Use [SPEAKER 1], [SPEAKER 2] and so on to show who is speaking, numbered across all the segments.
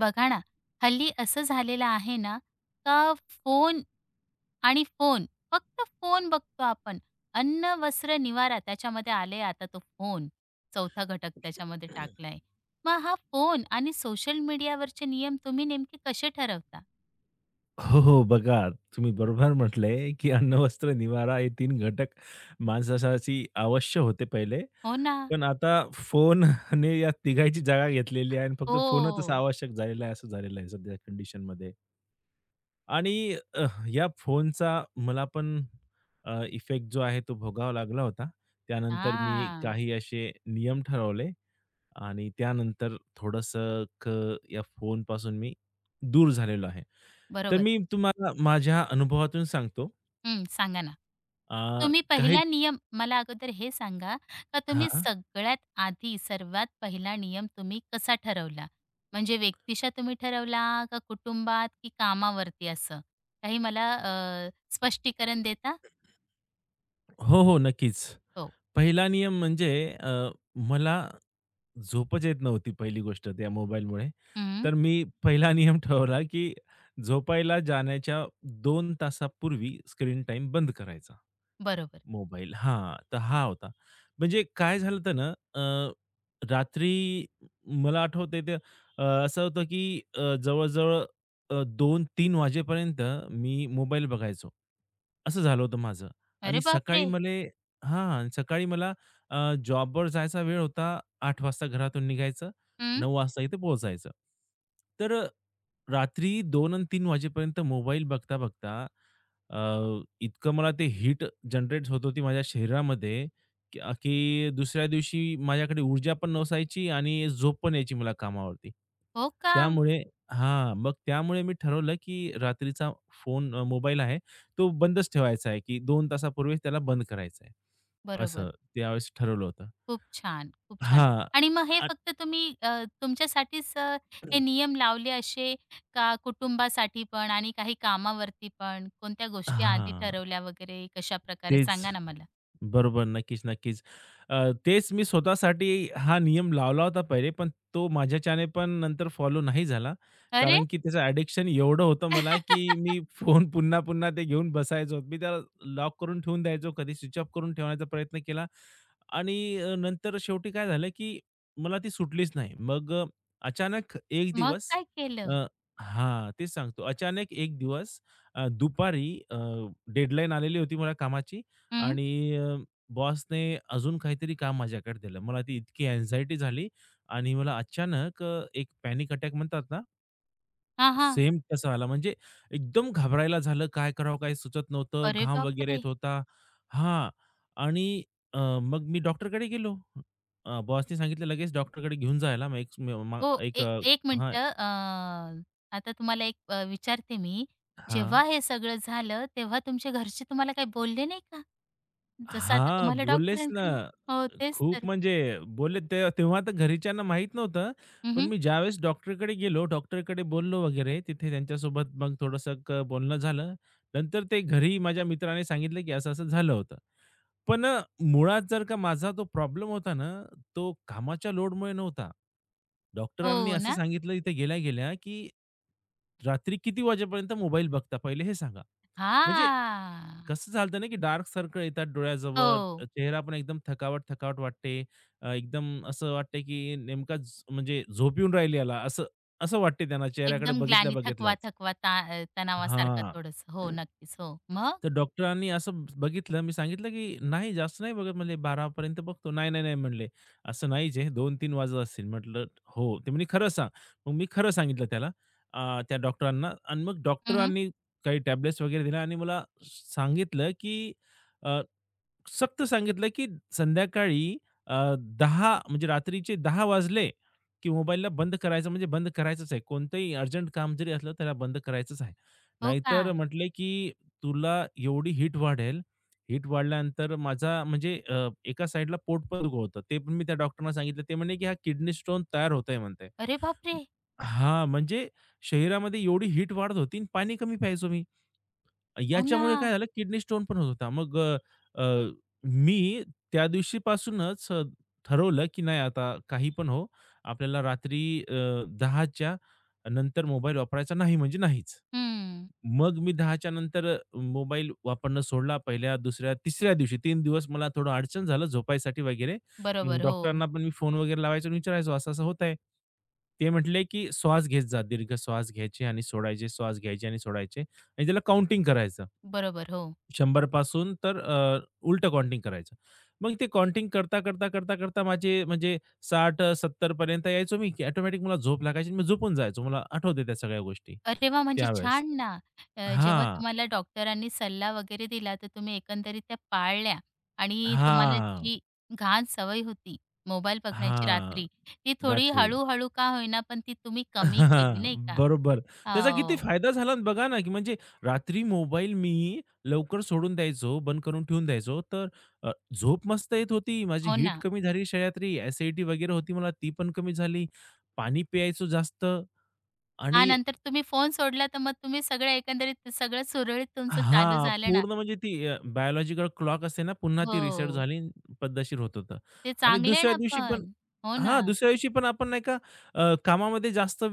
[SPEAKER 1] बघा ना, हल्ली असं झालेलं आहे ना, का फोन आणि फोन, फक्त फोन बघतो आपण. अन्न, वस्त्र, निवारा त्याच्यामध्ये आले आता तो फोन. चौथा घटक त्याच्यामध्ये टाकलाय. मग हा फोन आणि सोशल मीडियावरचे नियम तुम्ही नेमके कसे ठरवता?
[SPEAKER 2] हो, हो. बघा, तुम्ही बरोबर म्हटलंय, की अन्न, वस्त्र, निवारा हे 3 घटक माणसासाठी अवश्य होते पहिले.
[SPEAKER 1] हो ना.
[SPEAKER 2] पण आता फोनने या तिघांची जागा घेतलेली आहे आणि फक्त फोनच
[SPEAKER 1] हो.
[SPEAKER 2] आवश्यक झालेला आहे, असं झालेलं आहे सध्या कंडिशनमध्ये. आणि या फोनचा मला पण इफेक्ट जो आहे तो भोगावा लागला होता. त्यानंतर मी
[SPEAKER 1] हां.
[SPEAKER 2] काही असे नियम ठरवले आणि त्यानंतर थोडंसं या फोनपासून मी दूर झालेलो आहे. तर
[SPEAKER 1] बरोबर.
[SPEAKER 2] मी तुम्हाला माझ्या अनुभवातून सांगतो.
[SPEAKER 1] हं, सांगा ना.
[SPEAKER 2] अ,
[SPEAKER 1] तुम्ही
[SPEAKER 2] काही
[SPEAKER 1] पहिला नियम मला अगोदर हे सांगा, का तुम्ही
[SPEAKER 2] हां.
[SPEAKER 1] सगळ्यात आधी सर्वात पहिला नियम तुम्ही कसा ठरवला? म्हणजे व्यक्तीशा तुम्ही ठरवला का कुटुंबात की कामावरती असं? काही मला स्पष्टीकरण देता?
[SPEAKER 2] हो, हो. नक्कीच.
[SPEAKER 1] हो.
[SPEAKER 2] पहिला नियम म्हणजे अ, मला झोपच येत नव्हती पहिली गोष्ट त्या मोबाईलमुळे.
[SPEAKER 1] हं.
[SPEAKER 2] तर मी पहिला नियम ठेवला, की झोपायला जाण्याच्या 2 तासापूर्वी स्क्रीन टाईम बंद करायचा.
[SPEAKER 1] बरोबर.
[SPEAKER 2] मोबाईल. हां, तर हा होता. म्हणजे काय झालं होतं ना, अ, रात्री मला आठवतंय ते असं होतं की जवळ-जवळ 2-3 वाजेपर्यंत मी मोबाईल बघायचो. असं झालं होतं माझं आणि
[SPEAKER 1] अरे बापरे!
[SPEAKER 2] सकाळी मला अ, जॉबवर जायचा वेळ होता. 8 वाजता घरातून निघायचं,
[SPEAKER 1] हं.
[SPEAKER 2] 9 वाजता इथे पोहोचायचं. तर रात्री 2 आणि 3 वाजेपर्यंत मोबाईल बघता-बघता अ, इतकं मला ते हिट जनरेट होत होती माझ्या शरीरामध्ये, की दुसऱ्या दिवशी माझ्याकडे ऊर्जा पण नसायची आणि झोप पण यायची मला कामावरती.
[SPEAKER 1] हो का?
[SPEAKER 2] त्यामुळे मग त्यामुळे मी ठरवलं, की रात्रीचा फोन मोबाईल आहे, तो बंदच ठेवायचा आहे, की 2 तासापूर्वीच त्याला बंद करायचा आहे.
[SPEAKER 1] बरोबर.
[SPEAKER 2] असं त्यावेळेस ठरवलं होतं.
[SPEAKER 1] खूप छान, खूप छान.
[SPEAKER 2] हां.
[SPEAKER 1] आणि मग हे
[SPEAKER 2] अ,
[SPEAKER 1] फक्त तुम्ही तुमच्यासाठीच हे नियम लावले असे का कुटुंबासाठी पण आणि काही कामावरती पण? कोणत्या गोष्टी आधी
[SPEAKER 2] हां.
[SPEAKER 1] ठरवल्या वगैरे कशाप्रकारे
[SPEAKER 2] तेच.
[SPEAKER 1] सांगा ना मला?
[SPEAKER 2] बरोबर. नक्कीच, नक्कीच. तेच मी स्वतःसाठी हा नियम लावला होता पहिले, पण तो माझ्याच्याने पण नंतर फॉलो नाही झाला.
[SPEAKER 1] अरे!
[SPEAKER 2] कारण की त्याचं ॲडिक्शन एवढं होतं मला, की मी फोन पुन्हा-पुन्हा ते घेऊन बसायचो. मी त्याला लॉक करून ठेवून द्यायचो, कधी स्विच ऑफ करून ठेवण्याचा प्रयत्न केला आणि नंतर शेवटी काय झालं, की मला ती सुटलीच नाही. मग अचानक एक
[SPEAKER 1] मग
[SPEAKER 2] दिवस
[SPEAKER 1] काय केलं?
[SPEAKER 2] अ, हां, तेच सांगतो. अचानक एक दिवस दुपारी डेडलाईन आलेली होती मला कामाची
[SPEAKER 1] हं.
[SPEAKER 2] आणि बॉसने अजून काहीतरी काम माझ्याकडे दिलं. मला ती इतकी अँक्झायटी झाली आणि मला अचानक एक पॅनिक अटॅक म्हणतात ना,
[SPEAKER 1] हां, हां.
[SPEAKER 2] सेम तसा आला. म्हणजे एकदम घाबरायला झालं. काय करावं काही सुचत नव्हतं.
[SPEAKER 1] अरे
[SPEAKER 2] घाम वगैरे
[SPEAKER 1] बापरे!
[SPEAKER 2] येत होता. हां. आणि मग मी डॉक्टरकडे गेलो. बॉसने सांगितलं लगेच डॉक्टरकडे घेऊन जायला. मग एक म मा
[SPEAKER 1] हो,
[SPEAKER 2] एक
[SPEAKER 1] ए एक
[SPEAKER 2] हां,
[SPEAKER 1] मिनिटं आता तुम्हाला एक विचारते मी.
[SPEAKER 2] हां.
[SPEAKER 1] जेव्हा हे सगळं झालं तेव्हा तुमचे घरचे तुम्हाला काही बोलले नाही का? जसं आता
[SPEAKER 2] हां,
[SPEAKER 1] तुम्हाला
[SPEAKER 2] बोललेच ना.
[SPEAKER 1] डॉक्टरांकडे हो, तेच
[SPEAKER 2] खूप
[SPEAKER 1] तर.
[SPEAKER 2] म्हणजे बोलले ते तेव्हा तर घरच्यांना माहीत नव्हतं. पण मी ज्यावेळेस डॉक्टरकडे गेलो, डॉक्टरकडे बोललो वगैरे तिथे त्यांच्यासोबत मग थोडंसं बोलणं झालं. नंतर ते घरी माझ्या मित्राने सांगितलं, की असं-असं झालं होतं. पण मुळात जर का माझा तो प्रॉब्लेम होता ना, तो कामाच्या लोडमुळे नव्हता. डॉक्टरांनी
[SPEAKER 1] हो
[SPEAKER 2] असं
[SPEAKER 1] ना?
[SPEAKER 2] सांगितलं इथे गेल्या-गेल्या, की "रात्री किती वाजेपर्यंत मोबाईल बघता पहिले हे सांगा." म्हणजे
[SPEAKER 1] हां.
[SPEAKER 2] कसं चालतं ना, की डार्क सर्कल येतात डोळ्याजवळ,
[SPEAKER 1] हो.
[SPEAKER 2] चेहरा पण एकदम थकावट-थकावट वाटते. एकदम असं वाटते, की नेमका म्हणजे झोप येऊन राहिली याला, असं असं वाटते त्यांना चेहऱ्याकडे
[SPEAKER 1] एकदम ग्लानी थकवा,
[SPEAKER 2] बघितल्या-बघितल्याच.
[SPEAKER 1] थकवा ता तणावासारखा
[SPEAKER 2] हां.
[SPEAKER 1] थोडंसं. हो, नक्कीच. हो. मग?
[SPEAKER 2] तर डॉक्टरांनी असं बघितलं, मी सांगितलं, की "नाही जास्त नाही बघत" म्हणले, "12पर्यंत बघतो." "नाही, नाही, नाही" म्हणले, "असं नाहीच आहे, 2-3 वाजत असतील." म्हटलं, "हो." ते म्हणे, "खरं सांग." मग मी खरं सांगितलं त्या डॉक्टरांना आणि मग
[SPEAKER 1] हं,
[SPEAKER 2] डॉक्टरांनी काही टॅब्लेट्स वगैरे दिल्या आणि मला सांगितलं, की सक्त सांगितलं, की संध्याकाळी अ, 10 म्हणजे रात्रीचे 10 वाजले, की मोबाईलला बंद करायचं म्हणजे बंद करायचंच आहे. कोणतंही अर्जंट काम जरी असलं त्याला बंद करायचंच आहे.
[SPEAKER 1] हो का?
[SPEAKER 2] नाहीतर म्हटले, की तुला एवढी हीट वाढेल. हीट वाढल्यानंतर माझा म्हणजे एका साइडला पोट पण होतं. ते पण मी त्या डॉक्टरना सांगितलं. ते म्हणे, की हा किडनी स्टोन तयार होत आहे म्हणते.
[SPEAKER 1] अरे बापरे!
[SPEAKER 2] हां, म्हणजे शरीरामध्ये एवढी हीट वाढत होती आणि पाणी कमी प्यायचो मी.
[SPEAKER 1] हो ना.
[SPEAKER 2] याच्यामुळे काय झालं किडनी स्टोन पण होत होता. मग अ, अ, मी त्या दिवशीपासूनच ठरवलं, की नाही आता काही पण हो, आपल्याला रात्री अ, 10च्या नंतर मोबाईल वापरायचा नाही म्हणजे नाहीच.
[SPEAKER 1] हं.
[SPEAKER 2] मग मी 10च्या नंतर मोबाईल वापरणं सोडला. पहिल्या, दुसऱ्या, तिसऱ्या दिवशी 3 दिवस मला थोडं अडचण झालं झोपायसाठी वगैरे. मग
[SPEAKER 1] बरोबर. हो.
[SPEAKER 2] डॉक्टरांना पण मी फोन वगैरे लावायचो आणि विचारायचो, असं-असं होत आहे. ते म्हटले, की श्वास घेत जा. दीर्घ श्वास घ्यायचे आणि सोडायचे, श्वास घ्यायचे आणि सोडायचे आणि त्याला काउंटिंग करायचं.
[SPEAKER 1] बरोबर. हो.
[SPEAKER 2] 100 पासून तर उलटं काउंटिंग करायचं. मग ते काउंटिंग करता, करता, करता, करता माझे म्हणजे 60-70 पर्यंत यायचो मी, की ऑटोमॅटिक मला झोप लागायची आणि मी झोपून जायचो. मला आठवते त्या सगळ्या गोष्टी
[SPEAKER 1] अरे वाह! म्हणजे
[SPEAKER 2] त्यावेळेस.
[SPEAKER 1] छान ना. जेव्हा
[SPEAKER 2] हां.
[SPEAKER 1] तुम्हाला डॉक्टरांनी सल्ला वगैरे दिला, तर तुम्ही एकंदरीत त्या पाळल्या आणि तुम्हाला
[SPEAKER 2] हां.
[SPEAKER 1] जी घाण सवय होती मोबाईल बघण्याची
[SPEAKER 2] हां.
[SPEAKER 1] रात्री, ती थोडी
[SPEAKER 2] रात्री.
[SPEAKER 1] हळू का होईना, पण ती तुम्ही कमी केली,
[SPEAKER 2] हां,
[SPEAKER 1] नाही का?
[SPEAKER 2] बरोबर. त्याचा किती
[SPEAKER 1] हो.
[SPEAKER 2] फायदा झाला ना बघा ना, की म्हणजे रात्री मोबाईल मी लवकर सोडून द्यायचो, बंद करून ठेवून द्यायचो. तर अ, झोप मस्त येत होती. माझी
[SPEAKER 1] हो
[SPEAKER 2] हीट
[SPEAKER 1] ना.
[SPEAKER 2] कमी झाली शरीरातली, ॲसिडिटी वगैरे होती मला ती पण कमी झाली. पाणी प्यायचो जास्त
[SPEAKER 1] हां,
[SPEAKER 2] आणि
[SPEAKER 1] नंतर तुम्ही फोन सोडला, तर मग तुम्ही सगळं एकंदरीत सगळं सुरळीत तुमचं चालू
[SPEAKER 2] हां,
[SPEAKER 1] झालं ना.
[SPEAKER 2] पूर्ण म्हणजे ती बायोलॉजिकल क्लॉक असते ना, पुन्हा ती रिसेट
[SPEAKER 1] हो,
[SPEAKER 2] झाली, पद्धतशीर होत होतं.
[SPEAKER 1] ते
[SPEAKER 2] आणि
[SPEAKER 1] चांगले
[SPEAKER 2] दुसऱ्या
[SPEAKER 1] ना
[SPEAKER 2] दिवशी पण
[SPEAKER 1] पण. हो ना.
[SPEAKER 2] दुसऱ्या दिवशी पण आपण नाही का कामामध्ये जास्त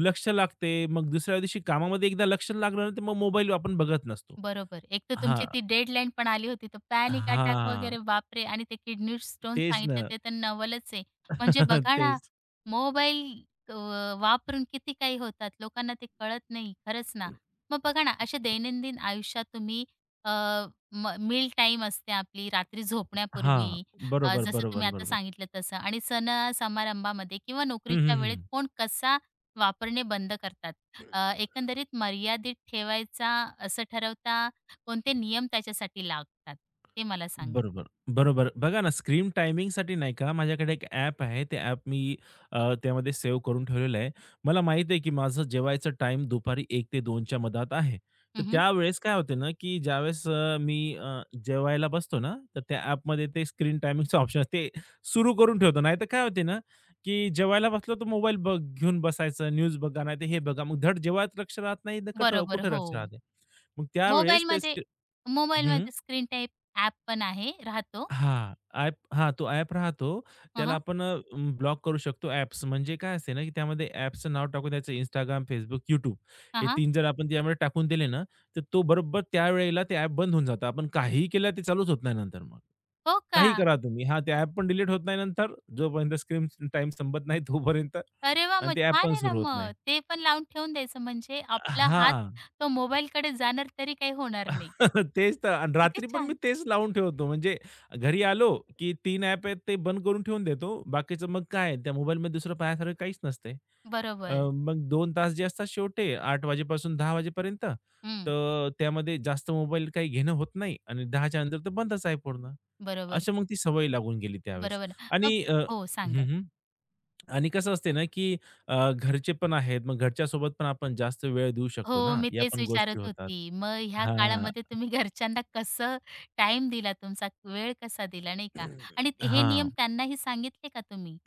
[SPEAKER 2] लक्ष लागते. मग दुसऱ्या दिवशी कामामध्ये एकदा लक्ष लागलं ना, तर मग मोबाईल आपण बघत नसतो.
[SPEAKER 1] बरोबर. एक तर
[SPEAKER 2] हां,
[SPEAKER 1] तुमची ती डेडलाईन पण आली होती, तर पॅनिक अटॅक
[SPEAKER 2] हां.
[SPEAKER 1] वगैरे बापरे! आणि ते किडनी स्टोन
[SPEAKER 2] तेच
[SPEAKER 1] सांगितलं
[SPEAKER 2] ना.
[SPEAKER 1] ते तर नवलच आहे. म्हणजे बघा ना,
[SPEAKER 2] तेच.
[SPEAKER 1] मोबाईल अ, वापरून किती काही होतात, लोकांना ते कळत नाही. खरंच ना. मग बघा ना, अशा दैनंदिन आयुष्यात तुम्ही अ, टाईम असते आपली रात्री
[SPEAKER 2] हां.
[SPEAKER 1] झोपण्यापूर्वी
[SPEAKER 2] बरोबर,
[SPEAKER 1] जसं तुम्ही
[SPEAKER 2] बरोबर,
[SPEAKER 1] आता
[SPEAKER 2] बरोबर.
[SPEAKER 1] सांगितलं तसं आणि सण-समारंभामध्ये किंवा
[SPEAKER 2] हं,
[SPEAKER 1] नोकरीच्या
[SPEAKER 2] हं,
[SPEAKER 1] वेळेत
[SPEAKER 2] हं.
[SPEAKER 1] फोन कसा वापरणे बंद करतात? एकंदरीत मर्यादित ठेवायचा असं ठरवता कोणते नियम त्याच्यासाठी लागतात? ते मला सांगा.
[SPEAKER 2] बरोबर, बरोबर. बघा ना, स्क्रीन टायमिंगसाठी नाही का, माझ्याकडे एक ॲप आहे. ते ॲप मी त्यामध्ये सेव्ह करून ठेवलेलं आहे. मला माहीत आहे, की माझं जेवायचं टाईम दुपारी 1 ते 2 मधात आहे. तर
[SPEAKER 1] हं, हं.
[SPEAKER 2] त्यावेळेस काय होते ना, की ज्यावेळेस मी जेवायला बसतो ना, तर त्या ॲपमध्ये ते स्क्रीन टायमिंगचं ऑप्शन ते सुरू करून ठेवतो. नाहीतर काय होते ना, की जेवायला बसलो तर मोबाईल घेऊन बसायचं, न्यूज बघा, नाहीतर हे बघा. मग धड जेवायला लक्ष राहत नाही, तर कुठं
[SPEAKER 1] बरोबर.
[SPEAKER 2] कुठं
[SPEAKER 1] हो.
[SPEAKER 2] लक्ष राहते. मग त्यावेळेस ते
[SPEAKER 1] मोबाईलमध्ये
[SPEAKER 2] हं.
[SPEAKER 1] मोबाईलमध्ये स्क्रीन टाईप ॲप पण आहे राहतो.
[SPEAKER 2] हां, हां, तो ॲप राहतो.
[SPEAKER 1] हं,
[SPEAKER 2] त्याला
[SPEAKER 1] हं.
[SPEAKER 2] आपण ब्लॉक करू शकतो ॲप्स. म्हणजे काय असते ना, की त्यामध्ये ॲप्सचं नाव टाकून द्यायचं Instagram, Facebook, YouTube हे 3 जर आपण त्यामध्ये टाकून दिले ना, तर तो बरोबर त्यावेळेला ते ॲप बंद होऊन जातं. आपण काहीही केलं ते चालूच होत नाही नंतर मग.
[SPEAKER 1] हो का?
[SPEAKER 2] काहीही करा तुम्ही. हां, ते ॲप पण डिलीट होत नाही नंतर. जोपर्यंत स्क्रीन टाईम संपत नाही तोपर्यंत
[SPEAKER 1] अरे वाह!
[SPEAKER 2] आणि
[SPEAKER 1] मग
[SPEAKER 2] ते ॲप
[SPEAKER 1] छान
[SPEAKER 2] पण
[SPEAKER 1] आहे ना
[SPEAKER 2] सुरू होत नाही.
[SPEAKER 1] मग. ते पण लावून ठेवून द्यायचं म्हणजे आपला हात
[SPEAKER 2] हां.
[SPEAKER 1] तो मोबाईलकडे जाणार तरी काही होणार नाही.
[SPEAKER 2] तेच तर आणि
[SPEAKER 1] किती
[SPEAKER 2] रात्री पण मी
[SPEAKER 1] छान.
[SPEAKER 2] तेच लावून ठेवतो. म्हणजे घरी आलो, की 3 ॲप आहेत ते बंद करून ठेवून देतो. बाकीचं मग काय आहे त्या मोबाईलमध्ये दुसरं पाहण्यासारखं काहीच नसते.
[SPEAKER 1] बरोबर.
[SPEAKER 2] मग 2 तास जे असतात शेवटी 8 वाजेपासून 10 वाजेपर्यंत,
[SPEAKER 1] हं.
[SPEAKER 2] तर त्यामध्ये जास्त मोबाईल काही घेणं होत नाही आणि 10च्या नंतर तर बंदच आहे पूर्ण.
[SPEAKER 1] बरोबर.
[SPEAKER 2] अशी मग ती सवय लागून गेली त्यावेळेस
[SPEAKER 1] बरोबर. मग
[SPEAKER 2] आणि अ
[SPEAKER 1] हो,
[SPEAKER 2] हं,
[SPEAKER 1] सांगा.
[SPEAKER 2] हं. आणि कसं असते ना, की घरचे पण आहेत. मग घरच्यासोबत पण आपण जास्त वेळ देऊ शकतो
[SPEAKER 1] हो,
[SPEAKER 2] ना,
[SPEAKER 1] मी
[SPEAKER 2] या
[SPEAKER 1] तेच
[SPEAKER 2] पण
[SPEAKER 1] विचारत
[SPEAKER 2] गोष्टी होतात.
[SPEAKER 1] होती. मग ह्या
[SPEAKER 2] हां.
[SPEAKER 1] काळामध्ये तुम्ही घरच्यांना कसं टाईम दिला तुमचा, वेळ कसा दिला नाही का? आणि ते- हे नियम
[SPEAKER 2] हां.
[SPEAKER 1] त्यांनाही सांगितले का तुम्ही?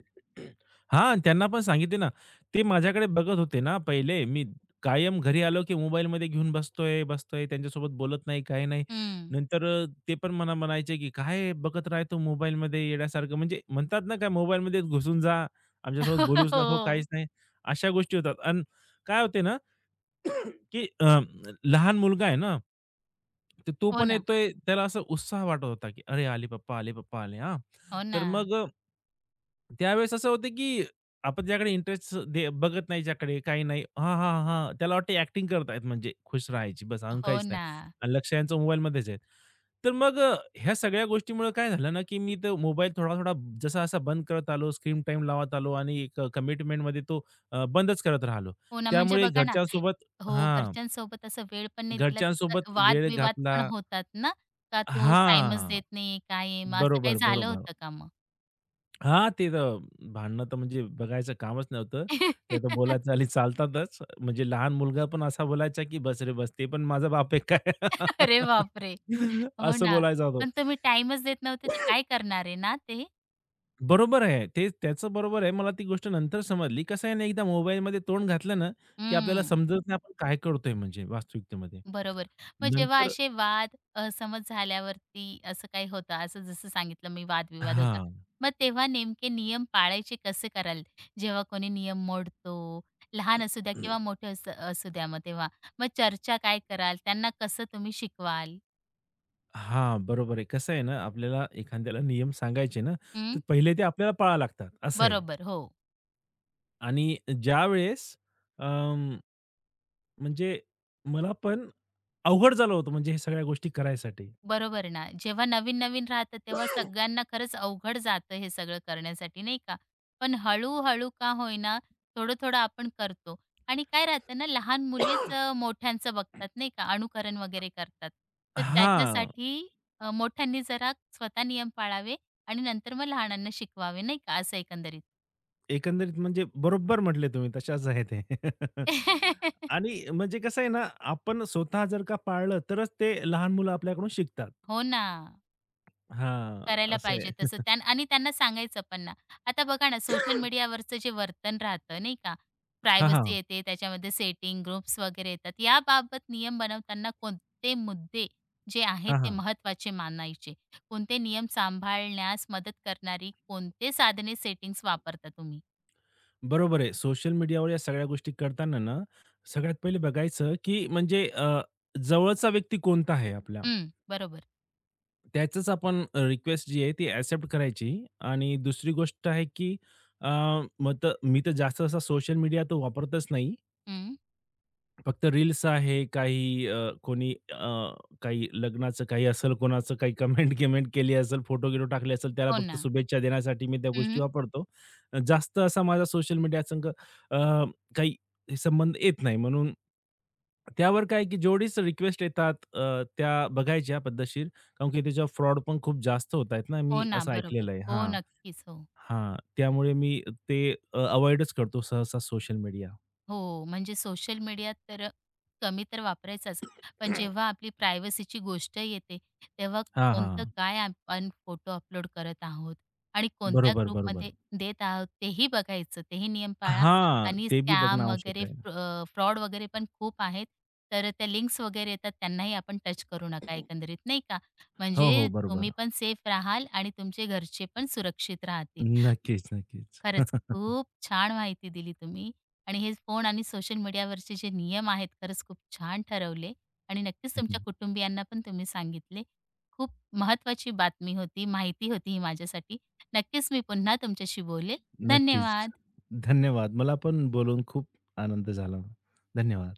[SPEAKER 2] हां, त्यांना पण सांगितले ना. ते माझ्याकडे बघत होते ना पहिले. मी कायम घरी आलो, की मोबाईलमध्ये घेऊन बसतोय, बसतोय. त्यांच्यासोबत बोलत नाही, काही नाही.
[SPEAKER 1] हं.
[SPEAKER 2] नंतर ते पण मला म्हणायचे, की "काय बघत राहतो मोबाईलमध्ये येड्यासारखं." म्हणजे म्हणतात ना, काय मोबाईलमध्ये घुसून जा, आमच्यासोबत बोलूच नको,
[SPEAKER 1] हो.
[SPEAKER 2] काहीच नाही. अशा गोष्टी होतात. अन् काय होते ना की लहान मुलगा आहे ना, तर तो
[SPEAKER 1] हो
[SPEAKER 2] पण
[SPEAKER 1] ना,
[SPEAKER 2] येतोय. त्याला असा उत्साह वाटत होता, की "अरे, आले पप्पा, आले पप्पा, आले." हां,
[SPEAKER 1] हो
[SPEAKER 2] तर
[SPEAKER 1] ना,
[SPEAKER 2] मग त्यावेळेस असं होतं, की आपण ज्याकडे इंटरेस्ट बघत नाही, ज्याकडे काही नाही. हां, हां, हां, त्याला वाटतं ॲक्टिंग करत आहेत, म्हणजे खुश राहायची बस, अजून
[SPEAKER 1] हो
[SPEAKER 2] काहीच नाही.
[SPEAKER 1] ना,
[SPEAKER 2] आणि लक्ष यांचं मोबाईलमध्येच आहे. तर मग ह्या सगळ्या गोष्टीमुळे काय झालं ना, की मी तो मोबाईल थोडा-थोडा जसा-असा बंद करत आलो, स्क्रीन टाईम लावत आलो आणि एक कमिटमेंटमध्ये तो बंदच करत राहिलो.
[SPEAKER 1] हो ना. म्हणजे
[SPEAKER 2] त्यामुळे
[SPEAKER 1] बघा ना
[SPEAKER 2] घरच्यांसोबत
[SPEAKER 1] हो,
[SPEAKER 2] हां.
[SPEAKER 1] घरच्यांसोबत असं वेळ पण नाही दिला तर
[SPEAKER 2] घरच्यांसोबत वेळ
[SPEAKER 1] वादविवाद
[SPEAKER 2] घातला
[SPEAKER 1] पण होतात ना, का "तू टाईमच
[SPEAKER 2] हां.
[SPEAKER 1] देत नाही, काय आहे?" मग असं काही
[SPEAKER 2] बरोबर,
[SPEAKER 1] झालं
[SPEAKER 2] बरोबर.
[SPEAKER 1] होतं का मग?
[SPEAKER 2] हां, ते तर भांडणं तर म्हणजे बघायचं कामच नव्हतं. ते तर बोलायचं आणि चालतातच. म्हणजे लहान मुलगा पण असा बोलायचा, की "बस रे बस, ते पण माझा बाप आहे काय?"
[SPEAKER 1] अरे बापरे! हो
[SPEAKER 2] असं
[SPEAKER 1] ना.
[SPEAKER 2] बोलायचा तो.
[SPEAKER 1] पण तुम्ही टाईमच देत नव्हते तर काय करणार आहे ना ते?
[SPEAKER 2] बरोबर आहे. ते त्याचं बरोबर आहे. मला ती गोष्ट नंतर समजली. कसं आहे ना, एकदा मोबाईलमध्ये तोंड घातलं ना, की आपल्याला
[SPEAKER 1] हं,
[SPEAKER 2] समजत नाही आपण काय करतोय म्हणजे वास्तविकतेमध्ये.
[SPEAKER 1] बरोबर. मग जेव्हा
[SPEAKER 2] नंतर
[SPEAKER 1] असे वाद, असमज झाल्यावरती असं काही होतं, असं जसं सांगितलं मी वादविवाद होता.
[SPEAKER 2] हां.
[SPEAKER 1] मग तेव्हा नेमके नियम पाळायचे कसे कराल? जेव्हा कोणी नियम मोडतो, लहान असू द्या किंवा मोठे अस असू द्या मग तेव्हा. मग चर्चा काय कराल? त्यांना कसं तुम्ही शिकवाल?
[SPEAKER 2] हां, बरोबर आहे. कसं आहे ना, आपल्याला एखाद्याला नियम सांगायचे ना, तर
[SPEAKER 1] हं,
[SPEAKER 2] पहिले ते आपल्याला पाळावे लागतात, असं आहे.
[SPEAKER 1] बरोबर. हो.
[SPEAKER 2] आणि ज्यावेळेस अं, म्हणजे मला पण अवघड झालं होतं म्हणजे हे सगळ्या गोष्टी करायसाठी.
[SPEAKER 1] बरोबर ना. जेव्हा नवीन-नवीन राहतं तेव्हा सगळ्यांना खरंच अवघड जातं हे सगळं करण्यासाठी नाही का? पण हळू-हळू का होईना थोडं-थोडं आपण करतो आणि काय राहतं ना लहान मुलेच मोठ्यांचं बघतात नाही का अनुकरण वगैरे करतात. तर
[SPEAKER 2] हां,
[SPEAKER 1] त्याच्यासाठी मोठ्यांनी जरा स्वतः नियम पाळावे आणि नंतर मग लहानांना शिकवावे नाही का असं एकंदरीत.
[SPEAKER 2] एकंदरीत म्हणजे बरोबर म्हटले तुम्ही, तशाच आहे ते. आणि म्हणजे कसं आहे ना, आपण स्वतः जर का पाळलं तरच ते लहान मुलं आपल्याकडून शिकतात.
[SPEAKER 1] हो ना.
[SPEAKER 2] हां,
[SPEAKER 1] करायला
[SPEAKER 2] असं
[SPEAKER 1] पाहिजे
[SPEAKER 2] आहे.
[SPEAKER 1] तसं त्यान आणि त्यांना सांगायचं पण ना. आता बघा ना, सोशल मीडियावरचं जे वर्तन राहतं नाही का,
[SPEAKER 2] हां, हां.
[SPEAKER 1] प्रायव्हसी येते, त्याच्यामध्ये सेटिंग, ग्रुप्स वगैरे येतात. याबाबत नियम बनवताना कोणते मुद्दे जे आहेत
[SPEAKER 2] हां,
[SPEAKER 1] ते
[SPEAKER 2] हां.
[SPEAKER 1] महत्त्वाचे मानायचे? कोणते नियम सांभाळण्यास मदत करणारी कोणते साधने, सेटिंग्ज वापरता तुम्ही?
[SPEAKER 2] बरोबर आहे. सोशल मीडियावर या सगळ्या गोष्टी करताना ना, सगळ्यात पहिले बघायचं, की म्हणजे जवळचा व्यक्ती कोणता आहे आपला?
[SPEAKER 1] हं, बरोबर.
[SPEAKER 2] त्याचंच आपण रिक्वेस्ट जी आहे ती एक्सेप्ट करायची आणि दुसरी गोष्ट आहे, की अ, मग तर मी तर जास्त असा सोशल मीडिया तो वापरतच नाही.
[SPEAKER 1] हं,
[SPEAKER 2] फक्त रील्स आहे, कोणी अ, काही लग्नाचं काही असेल, कोणाचं काही कमेंट-गिमेंट केली असेल, फोटो-गिटो टाकले असेल, त्याला
[SPEAKER 1] हो
[SPEAKER 2] फक्त
[SPEAKER 1] ना.
[SPEAKER 2] शुभेच्छा देण्यासाठी मी त्या गोष्टी
[SPEAKER 1] हं,
[SPEAKER 2] वापरतो. जास्त असा माझा सोशल मीडिया अ, काही संबंध येत नाही. म्हणून त्यावर काय, की जेवढीच रिक्वेस्ट येतात त्या बघायच्या पद्धतशीर, कारण की त्याच्यावर फ्रॉड पण खूप जास्त होत आहेत ना,
[SPEAKER 1] हो
[SPEAKER 2] मी
[SPEAKER 1] ना.
[SPEAKER 2] असं
[SPEAKER 1] बरोबर.
[SPEAKER 2] ऐकलेलं आहे.
[SPEAKER 1] हो,
[SPEAKER 2] हां,
[SPEAKER 1] नक्कीच. हो.
[SPEAKER 2] हां. त्यामुळे मी ते अ, करतो सहसा सोशल मीडिया.
[SPEAKER 1] हो, म्हणजे सोशल मीडिया तर कमी तर वापरायचाच. पण जेव्हा आपली प्रायव्हसीची गोष्ट येते, तेव्हा
[SPEAKER 2] हां,
[SPEAKER 1] कोणतं
[SPEAKER 2] हां.
[SPEAKER 1] काय आपण फोटो अपलोड करत आहोत आणि कोणत्या
[SPEAKER 2] बरोबर, बरोबर.
[SPEAKER 1] ग्रुपमध्ये देत आहोत तेही बघायचं, तेही नियम पाळा
[SPEAKER 2] हां,
[SPEAKER 1] आणि
[SPEAKER 2] ते बी बघणं
[SPEAKER 1] स्कॅम
[SPEAKER 2] आवश्यक
[SPEAKER 1] वगैरे
[SPEAKER 2] आहे.
[SPEAKER 1] फ्रॉड वगैरे पण खूप आहेत. तर त्या लिंक्स वगैरे येतात त्यांनाही आपण टच करू नका एकंदरीत, नाही का?
[SPEAKER 2] हो, हो,
[SPEAKER 1] म्हणजे तुम्ही
[SPEAKER 2] बरोबर.
[SPEAKER 1] पण सेफ राहाल आणि तुमचे घरचे पण सुरक्षित राहतील.
[SPEAKER 2] नक्कीच, नक्कीच.
[SPEAKER 1] खरंच खूप छान माहिती दिली तुम्ही आणि हे फोन आणि सोशल मीडियावरचे जे नियम आहेत खरंच खूप छान ठरवले आणि नक्कीच तुमच्या कुटुंबियांना पण तुम्ही सांगितले. खूप महत्त्वाची बातमी होती, माहिती होती ही माझ्यासाठी. नक्कीच मी पुन्हा तुमच्याशी बोलेल.
[SPEAKER 2] नक्कीच.
[SPEAKER 1] धन्यवाद.
[SPEAKER 2] धन्यवाद. मला पण बोलून खूप आनंद झाला. धन्यवाद.